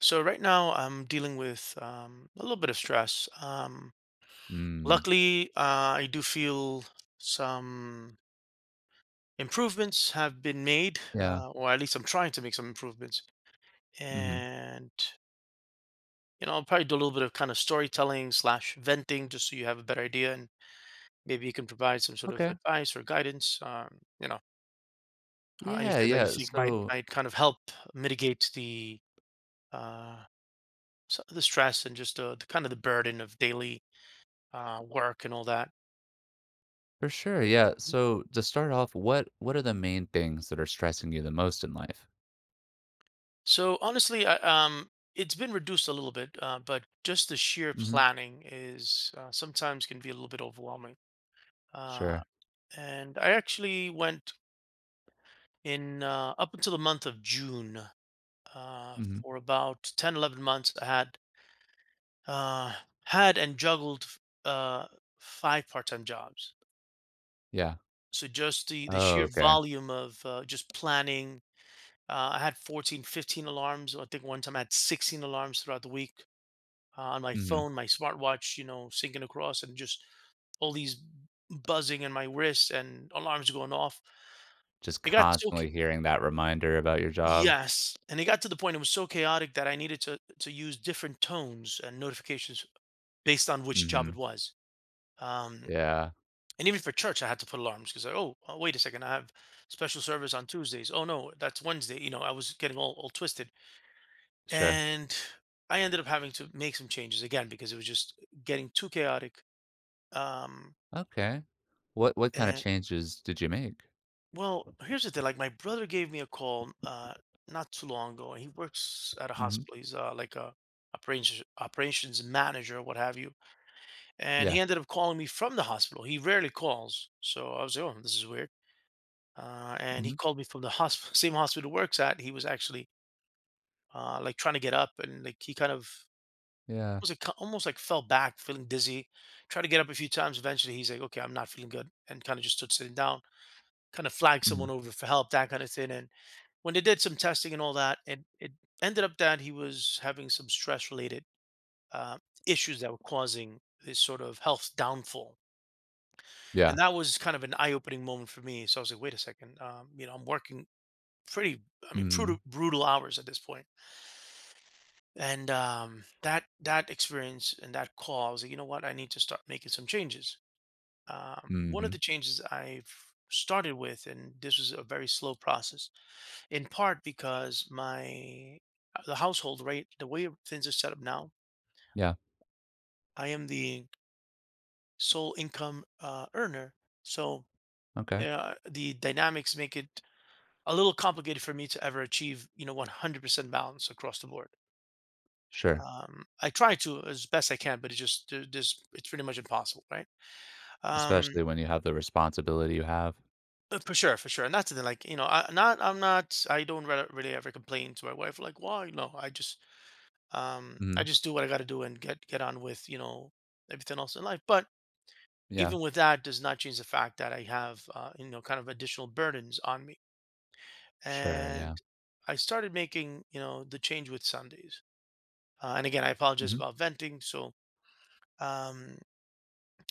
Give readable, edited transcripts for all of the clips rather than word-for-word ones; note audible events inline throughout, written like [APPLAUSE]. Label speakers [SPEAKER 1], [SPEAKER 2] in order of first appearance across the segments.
[SPEAKER 1] So right now I'm dealing with a little bit of stress.
[SPEAKER 2] Mm,
[SPEAKER 1] Luckily, I do feel some improvements have been made,
[SPEAKER 2] yeah,
[SPEAKER 1] or at least I'm trying to make some improvements.
[SPEAKER 2] mhm.
[SPEAKER 1] And you know, I'll probably do a little bit of kind of storytelling slash venting, just so you have a better idea, and maybe you can provide some sort of
[SPEAKER 2] Okay.
[SPEAKER 1] advice or guidance.
[SPEAKER 2] Yeah,
[SPEAKER 1] Anything that you
[SPEAKER 2] yeah,
[SPEAKER 1] think might
[SPEAKER 2] so
[SPEAKER 1] might kind of help mitigate the uh, the stress and just the kind of the burden of daily work and all that.
[SPEAKER 2] so to start off, what are the main things that are stressing you the most in life?
[SPEAKER 1] So honestly, it's been reduced a little bit, but just the sheer
[SPEAKER 2] Mhm.
[SPEAKER 1] planning is sometimes can be a little bit overwhelming. Uh,
[SPEAKER 2] Sure.
[SPEAKER 1] and I actually went in up until the month of June
[SPEAKER 2] Mhm.
[SPEAKER 1] for about 10, 11 months. I had uh, had and juggled uh, five part-time jobs.
[SPEAKER 2] Yeah.
[SPEAKER 1] So just the
[SPEAKER 2] Oh,
[SPEAKER 1] sheer
[SPEAKER 2] okay.
[SPEAKER 1] volume of just planning. I had 14, 15 alarms. I think one time I had 16 alarms throughout the week on my
[SPEAKER 2] Mhm.
[SPEAKER 1] phone, my smartwatch, you know, syncing across, and just all these buzzing in my wrists and alarms going off.
[SPEAKER 2] Just
[SPEAKER 1] It got so ch-
[SPEAKER 2] constantly hearing that reminder about your job.
[SPEAKER 1] Yes, and it got to the point it was so chaotic that I needed to use different tones and notifications based on which job it
[SPEAKER 2] Mhm.
[SPEAKER 1] was. Um,
[SPEAKER 2] Yeah,
[SPEAKER 1] and even for church, I had to put alarms because oh, wait a second, I have special service on Tuesdays. Oh no, that's Wednesday. You know, I was getting all twisted,
[SPEAKER 2] sure.
[SPEAKER 1] and I ended up having to make some changes again because it was just getting too chaotic. Um,
[SPEAKER 2] Okay. What kinda changes did you make?
[SPEAKER 1] Well, here's the thing. Like my brother gave me a call not too long ago, and he works at a
[SPEAKER 2] Mhm.
[SPEAKER 1] hospital. He's like a operations manager, what have you. And he
[SPEAKER 2] Yeah.
[SPEAKER 1] ended up calling me from the hospital. He rarely calls, so I was like, oh, this is weird. And he
[SPEAKER 2] Mhm.
[SPEAKER 1] called me from the hospital, [LAUGHS] same hospital he works at. He was actually like trying to get up, and like he kind of
[SPEAKER 2] Yeah.
[SPEAKER 1] was like, almost like fell back, feeling dizzy. Tried to get up a few times. Eventually, he's like, okay, I'm not feeling good, and kind of just stood sitting down. Kind of flagged
[SPEAKER 2] Mhm.
[SPEAKER 1] someone over for help, that kind of thing, and when they did some testing and all that, it ended up that he was having some stress related uh, issues that were causing this sort of health downfall. And
[SPEAKER 2] Yeah.
[SPEAKER 1] that was kind of an eye opening moment for me. So I was like, wait a second, you know, I'm working pretty, I mean, brutal,
[SPEAKER 2] Mhm.
[SPEAKER 1] brutal hours at this point. And that experience and that call, I was like, you know what, I need to start making some changes. One of
[SPEAKER 2] Mhm.
[SPEAKER 1] the changes I've started with, and this was a very slow process, in part because my the household right the way things are set up now
[SPEAKER 2] Yeah.
[SPEAKER 1] I am the sole income earner, so
[SPEAKER 2] Okay.
[SPEAKER 1] the dynamics make it a little complicated for me to ever achieve you know 100% balance across the board.
[SPEAKER 2] Sure.
[SPEAKER 1] I try to as best I can, but it's just there's it's pretty much impossible, right? um,
[SPEAKER 2] Especially when you have the responsibility you have.
[SPEAKER 1] for sure, for sure, and that's the thing, like, you know, I'm not I don't re- really ever complain to my wife like why, no, I just I
[SPEAKER 2] Mhm.
[SPEAKER 1] just do what I got to do and get on with you know everything else in life. But
[SPEAKER 2] Yeah.
[SPEAKER 1] even with that, does not change the fact that I have you know kind of additional burdens on me.
[SPEAKER 2] Sure,
[SPEAKER 1] And
[SPEAKER 2] yeah.
[SPEAKER 1] I started making you know the change with Sundays. And again, I apologize
[SPEAKER 2] Mhm.
[SPEAKER 1] about venting. So um,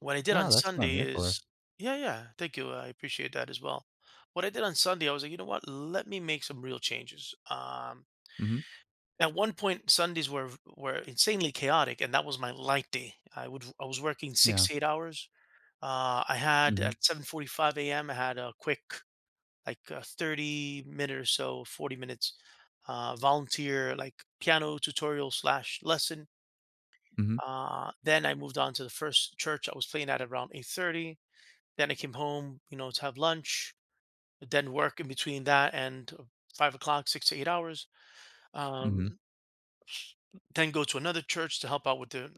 [SPEAKER 1] what I did on
[SPEAKER 2] No, that's what I'm
[SPEAKER 1] Sunday
[SPEAKER 2] here for.
[SPEAKER 1] is yeah, yeah, thank you. I appreciate that as well. What I did on Sunday, I was like, you know what? Let me make some real changes.
[SPEAKER 2] Mhm.
[SPEAKER 1] At one point, Sundays were insanely chaotic, and that was my light day. I was working six
[SPEAKER 2] Yeah.
[SPEAKER 1] to eight hours. I had
[SPEAKER 2] Mhm.
[SPEAKER 1] at 7:45 a.m. I had a quick like a 30 minute or so, 40 minutes volunteer like piano tutorial slash lesson.
[SPEAKER 2] Mhm.
[SPEAKER 1] Then I moved on to the first church I was playing at around 8:30. Then I came home, you know, to have lunch. Then work in between that and 5 o'clock, 6 to 8 hours.
[SPEAKER 2] Mhm.
[SPEAKER 1] Um, then go to another church to help out with the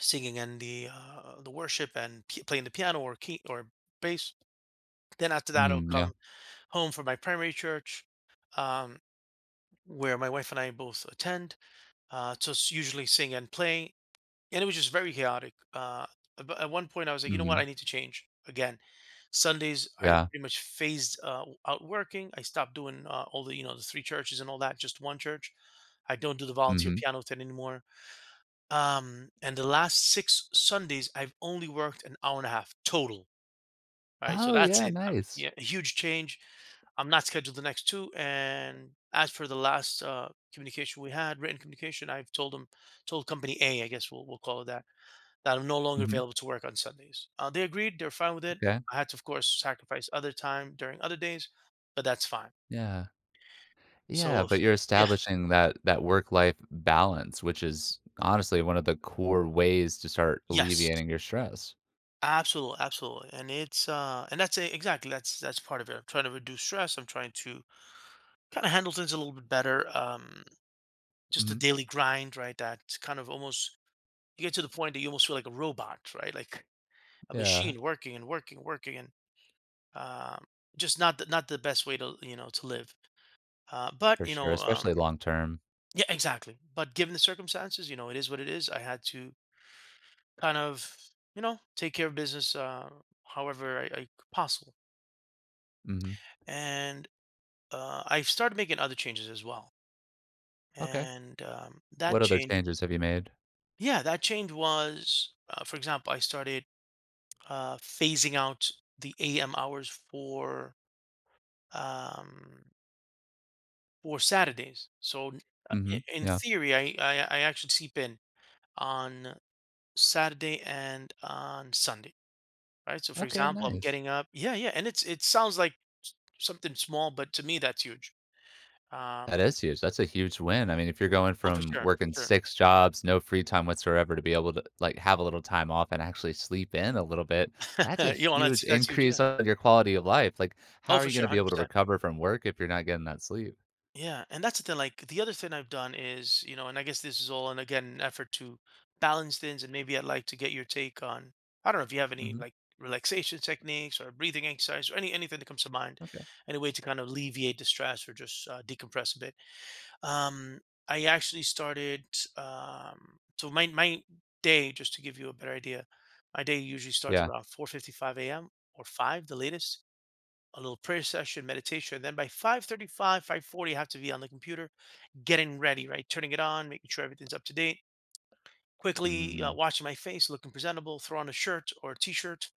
[SPEAKER 1] singing and the worship and playing the piano or key or bass. Then after that, I'll
[SPEAKER 2] Mm, yeah.
[SPEAKER 1] come home from my primary church, um, where my wife and I both attend usually sing and play. And it was just very chaotic. But at one point, I was like, you know what,
[SPEAKER 2] Mhm.
[SPEAKER 1] I need to change again. Sundays, I
[SPEAKER 2] Yeah.
[SPEAKER 1] pretty much phased out working. I stopped doing all the you know the three churches and all that. Just one church. I don't do the volunteer
[SPEAKER 2] Mhm.
[SPEAKER 1] piano thing anymore. And the last six Sundays, I've only worked an hour and a half total, right? So
[SPEAKER 2] Oh,
[SPEAKER 1] that's
[SPEAKER 2] yeah,
[SPEAKER 1] it.
[SPEAKER 2] nice.
[SPEAKER 1] Yeah, a huge change. I'm not scheduled the next two. And as for the last communication we had, written communication, I've told them, told company A, I guess we'll call it that, that I'm no longer
[SPEAKER 2] Mhm.
[SPEAKER 1] available to work on Sundays. They agreed. They're fine with it.
[SPEAKER 2] Okay.
[SPEAKER 1] I had to, of course, sacrifice other time during other days, but that's fine.
[SPEAKER 2] Yeah. Yeah,
[SPEAKER 1] So,
[SPEAKER 2] but
[SPEAKER 1] if-
[SPEAKER 2] you're
[SPEAKER 1] yeah,
[SPEAKER 2] establishing that work-life balance, which is honestly one of the core ways to start
[SPEAKER 1] yes,
[SPEAKER 2] alleviating your stress.
[SPEAKER 1] absolutely, absolutely. And it's and that's it exactly, that's part of it. I'm trying to reduce stress. I'm trying to kind of handle things a little bit better. Just the
[SPEAKER 2] Mhm.
[SPEAKER 1] daily grind, right? That kind of almost you get to the point that you almost feel like a robot, right? Like a
[SPEAKER 2] Yeah,
[SPEAKER 1] machine working and working, working and um just not the best way to, you know, to live. But,
[SPEAKER 2] for
[SPEAKER 1] you
[SPEAKER 2] sure,
[SPEAKER 1] know,
[SPEAKER 2] especially long term.
[SPEAKER 1] yeah, exactly. But given the circumstances, you know, it is what it is. I had to kind of, you know, take care of business however I possible.
[SPEAKER 2] Mhm.
[SPEAKER 1] And I started making other changes as well,
[SPEAKER 2] Okay.
[SPEAKER 1] and
[SPEAKER 2] What other changes have you made?
[SPEAKER 1] yeah, that change was, for example, I started phasing out the AM hours um, for Saturdays.
[SPEAKER 2] Mhm.
[SPEAKER 1] In
[SPEAKER 2] Yeah.
[SPEAKER 1] theory, I actually sleep in on Saturday and on Sunday, right? So for
[SPEAKER 2] Okay,
[SPEAKER 1] example, I'm
[SPEAKER 2] nice.
[SPEAKER 1] getting up, yeah, yeah, and it's it sounds like something small, but to me that's huge.
[SPEAKER 2] That
[SPEAKER 1] Um,
[SPEAKER 2] is huge. That's a huge win. I mean, if you're going
[SPEAKER 1] oh, for
[SPEAKER 2] from
[SPEAKER 1] sure,
[SPEAKER 2] working
[SPEAKER 1] for
[SPEAKER 2] 6 jobs, no free time whatsoever to be able to, have a little time off and actually sleep in a little bit, that's a
[SPEAKER 1] sure. [LAUGHS] You know,
[SPEAKER 2] huge
[SPEAKER 1] that's huge.
[SPEAKER 2] increase on your quality of life. How
[SPEAKER 1] Oh,
[SPEAKER 2] are
[SPEAKER 1] for
[SPEAKER 2] you
[SPEAKER 1] sure,
[SPEAKER 2] gonna be able to
[SPEAKER 1] 100%.
[SPEAKER 2] recover from work if you're not getting that sleep?
[SPEAKER 1] Yeah, and that's the thing, like, the other thing I've done is, you know, and I guess this is all, and again, an effort to balance things, and maybe I'd like to get your take on, I don't know if you have any,
[SPEAKER 2] Mhm.
[SPEAKER 1] like, relaxation techniques or breathing exercise or anything that comes to mind,
[SPEAKER 2] Okay.
[SPEAKER 1] any way to kind of alleviate the stress or just, decompress a bit. Um, I actually started, so my day, just to give you a better idea, my day usually starts
[SPEAKER 2] Yeah.
[SPEAKER 1] around 4:55 AM or 5, the latest. A little prayer session, meditation. Then by 5:35, 5:40, I have to be on the computer, getting ready, right? Turning it on, making sure everything's up to date. Quickly
[SPEAKER 2] Mm.
[SPEAKER 1] washing my face, looking presentable, throw on a shirt or a t-shirt,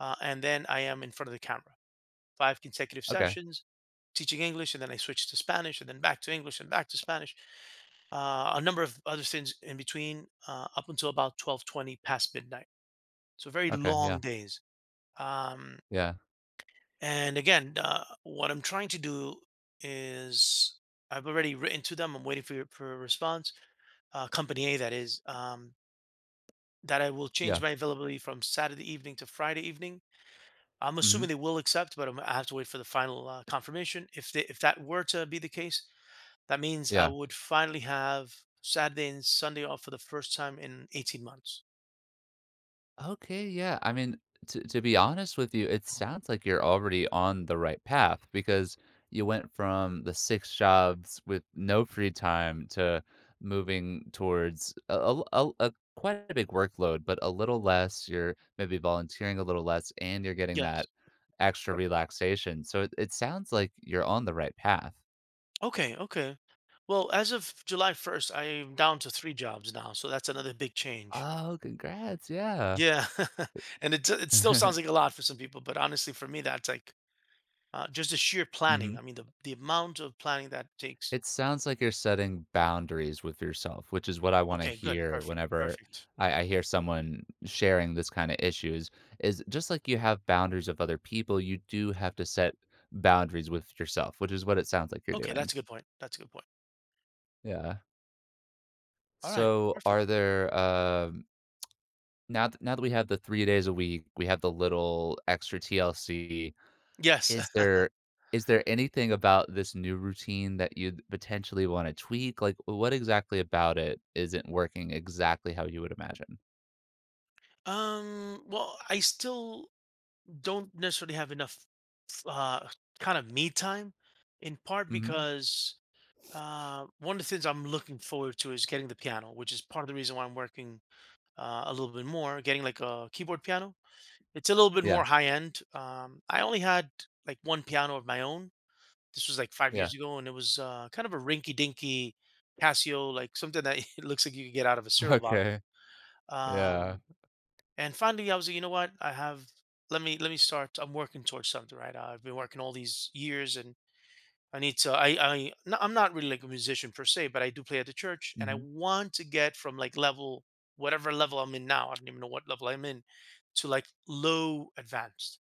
[SPEAKER 1] and then I am in front of the camera. Five consecutive
[SPEAKER 2] Okay.
[SPEAKER 1] sessions teaching English, and then I switch to Spanish, and then back to English, and back to Spanish. A number of other things in between, up until about 12:20 past midnight. So very
[SPEAKER 2] Okay. Yeah.
[SPEAKER 1] long days. Um,
[SPEAKER 2] Yeah.
[SPEAKER 1] And again, what I'm trying to do is I've already written to them. I'm waiting for your for a response. Company A, that is, that I will change
[SPEAKER 2] Yeah.
[SPEAKER 1] my availability from Saturday evening to Friday evening. I'm
[SPEAKER 2] Mhm.
[SPEAKER 1] assuming they will accept, but I have to wait for the final confirmation. If that were to be the case, that means I
[SPEAKER 2] Yeah.
[SPEAKER 1] would finally have Saturday and Sunday off for the first time in 18 months.
[SPEAKER 2] Okay, yeah. I mean, to be honest with you, it
[SPEAKER 1] ค่ะ
[SPEAKER 2] sounds like you're already on the right path because you went from the six jobs with no free time to moving towards a quite a big workload, but a little less. You're maybe volunteering a little less, and you're getting
[SPEAKER 1] Yes.
[SPEAKER 2] that extra relaxation. So it sounds like you're on the right path.
[SPEAKER 1] Okay, okay. Well, as of July 1st, I am down to 3 jobs now, so that's another big change.
[SPEAKER 2] Oh, congrats! Yeah.
[SPEAKER 1] Yeah. [LAUGHS] And it still sounds
[SPEAKER 2] [LAUGHS]
[SPEAKER 1] like a lot for some people, but honestly, for me, that's like, just the sheer
[SPEAKER 2] Mhm.
[SPEAKER 1] planning. I mean, the amount of planning that takes.
[SPEAKER 2] It sounds like you're setting boundaries with yourself, which is what I wanna
[SPEAKER 1] Okay, good.
[SPEAKER 2] hear
[SPEAKER 1] Perfect,
[SPEAKER 2] whenever
[SPEAKER 1] perfect.
[SPEAKER 2] I hear someone sharing this kinda issues, is just like you have boundaries with other people, you do have to set boundaries with yourself, which is what it sounds like you're
[SPEAKER 1] Okay, that's
[SPEAKER 2] doing.
[SPEAKER 1] a good point. That's a good point.
[SPEAKER 2] Yeah.
[SPEAKER 1] All right,
[SPEAKER 2] So,
[SPEAKER 1] perfect.
[SPEAKER 2] are there, now that we have the 3 days a week, we have the little extra TLC.
[SPEAKER 1] Yes.
[SPEAKER 2] Is
[SPEAKER 1] [LAUGHS]
[SPEAKER 2] there is there anything about this new routine that you'd potentially wanna tweak? Like, what exactly about it isn't working exactly how you would imagine?
[SPEAKER 1] Well, I still don't necessarily have enough uh kind of me time, in part
[SPEAKER 2] Mhm.
[SPEAKER 1] because one of the things I'm looking forward to is getting the piano, which is part of the reason why I'm working a little bit more, getting like a keyboard piano. It's a little bit more
[SPEAKER 2] Yeah,
[SPEAKER 1] high end. I only had like one piano of my own. This was like five
[SPEAKER 2] yeah.
[SPEAKER 1] years ago, and it was kind of a rinky dinky Casio, like something that [LAUGHS] it looks like you could get out of a
[SPEAKER 2] [LAUGHS]
[SPEAKER 1] cereal box.
[SPEAKER 2] Okay. Yeah.
[SPEAKER 1] um and finally I was like, you know what, I have, let me start. I'm working towards something, right? I've been working all these years, and I need to I no, I'm not really like a musician per se, but I do play at the church, and I
[SPEAKER 2] Mhm.
[SPEAKER 1] want to get from like level, whatever level I'm in now, I don't even know what level I'm in, to like low advanced,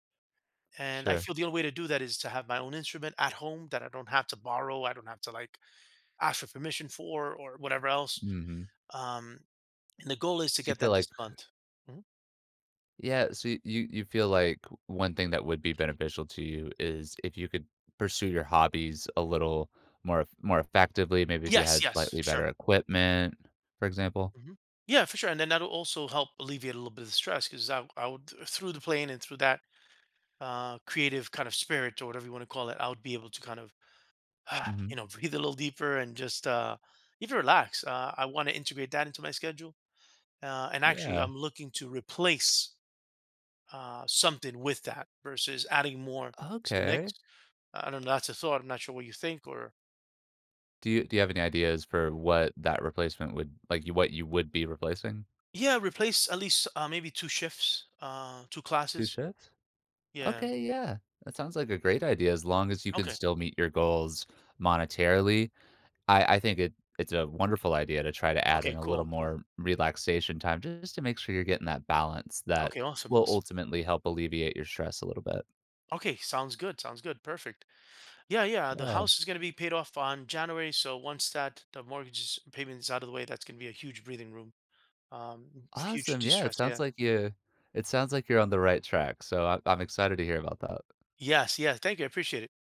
[SPEAKER 1] and I
[SPEAKER 2] Sure.
[SPEAKER 1] feel the only way to do that is to have my own instrument at home that I don't have to borrow, I don't have to like ask for permission for or whatever else.
[SPEAKER 2] Mhm.
[SPEAKER 1] um and the goal is to
[SPEAKER 2] So you
[SPEAKER 1] get
[SPEAKER 2] feel
[SPEAKER 1] that
[SPEAKER 2] like
[SPEAKER 1] this month. Mhm.
[SPEAKER 2] You feel like one thing that would be beneficial to you is if you could pursue your hobbies a little more effectively, maybe if you
[SPEAKER 1] Yes,
[SPEAKER 2] had
[SPEAKER 1] yes, for
[SPEAKER 2] slightly better
[SPEAKER 1] sure.
[SPEAKER 2] equipment, for example?
[SPEAKER 1] Mhm. Yeah, for sure. And then that'll also help alleviate a little bit of the stress because I would, through the playing and through that creative kind of spirit or whatever you want to call it, I would be able to kind of, [SIGHS]
[SPEAKER 2] Mhm.
[SPEAKER 1] you know, [LAUGHS] breathe a little deeper and just even relax. I want to integrate that into my schedule. And actually,
[SPEAKER 2] Yeah.
[SPEAKER 1] I'm looking to replace something with that versus adding more to the mix.
[SPEAKER 2] Okay.
[SPEAKER 1] I don't know. That's a thought. I'm not sure what you think, or
[SPEAKER 2] Do you have any ideas for what that replacement would like, you what you would be replacing?
[SPEAKER 1] yeah, replace at least maybe two shifts, two
[SPEAKER 2] 2
[SPEAKER 1] classes.
[SPEAKER 2] shifts?
[SPEAKER 1] Yeah.
[SPEAKER 2] Okay, yeah. That sounds like a great idea as long as you can
[SPEAKER 1] Okay.
[SPEAKER 2] still meet your goals monetarily. I think it's a wonderful idea to try to add
[SPEAKER 1] Okay.
[SPEAKER 2] in a little
[SPEAKER 1] Cool. Cool.
[SPEAKER 2] more relaxation time just to make sure you're getting that balance that
[SPEAKER 1] Okay, awesome,
[SPEAKER 2] will
[SPEAKER 1] awesome.
[SPEAKER 2] ultimately help alleviate your stress a little bit.
[SPEAKER 1] Okay, sounds good. Sounds good. Perfect. Yeah, yeah. The
[SPEAKER 2] Yeah.
[SPEAKER 1] house is going to be paid off on January, so once that the mortgage is, payment is out of the way, that's going to be a huge breathing room. Um, Huge
[SPEAKER 2] Awesome, yeah, it
[SPEAKER 1] de-stress.
[SPEAKER 2] sounds
[SPEAKER 1] Yeah.
[SPEAKER 2] like you it sounds like you're on the right track, so I'm excited to hear about that.
[SPEAKER 1] Yes, yes. Thank you. I appreciate it.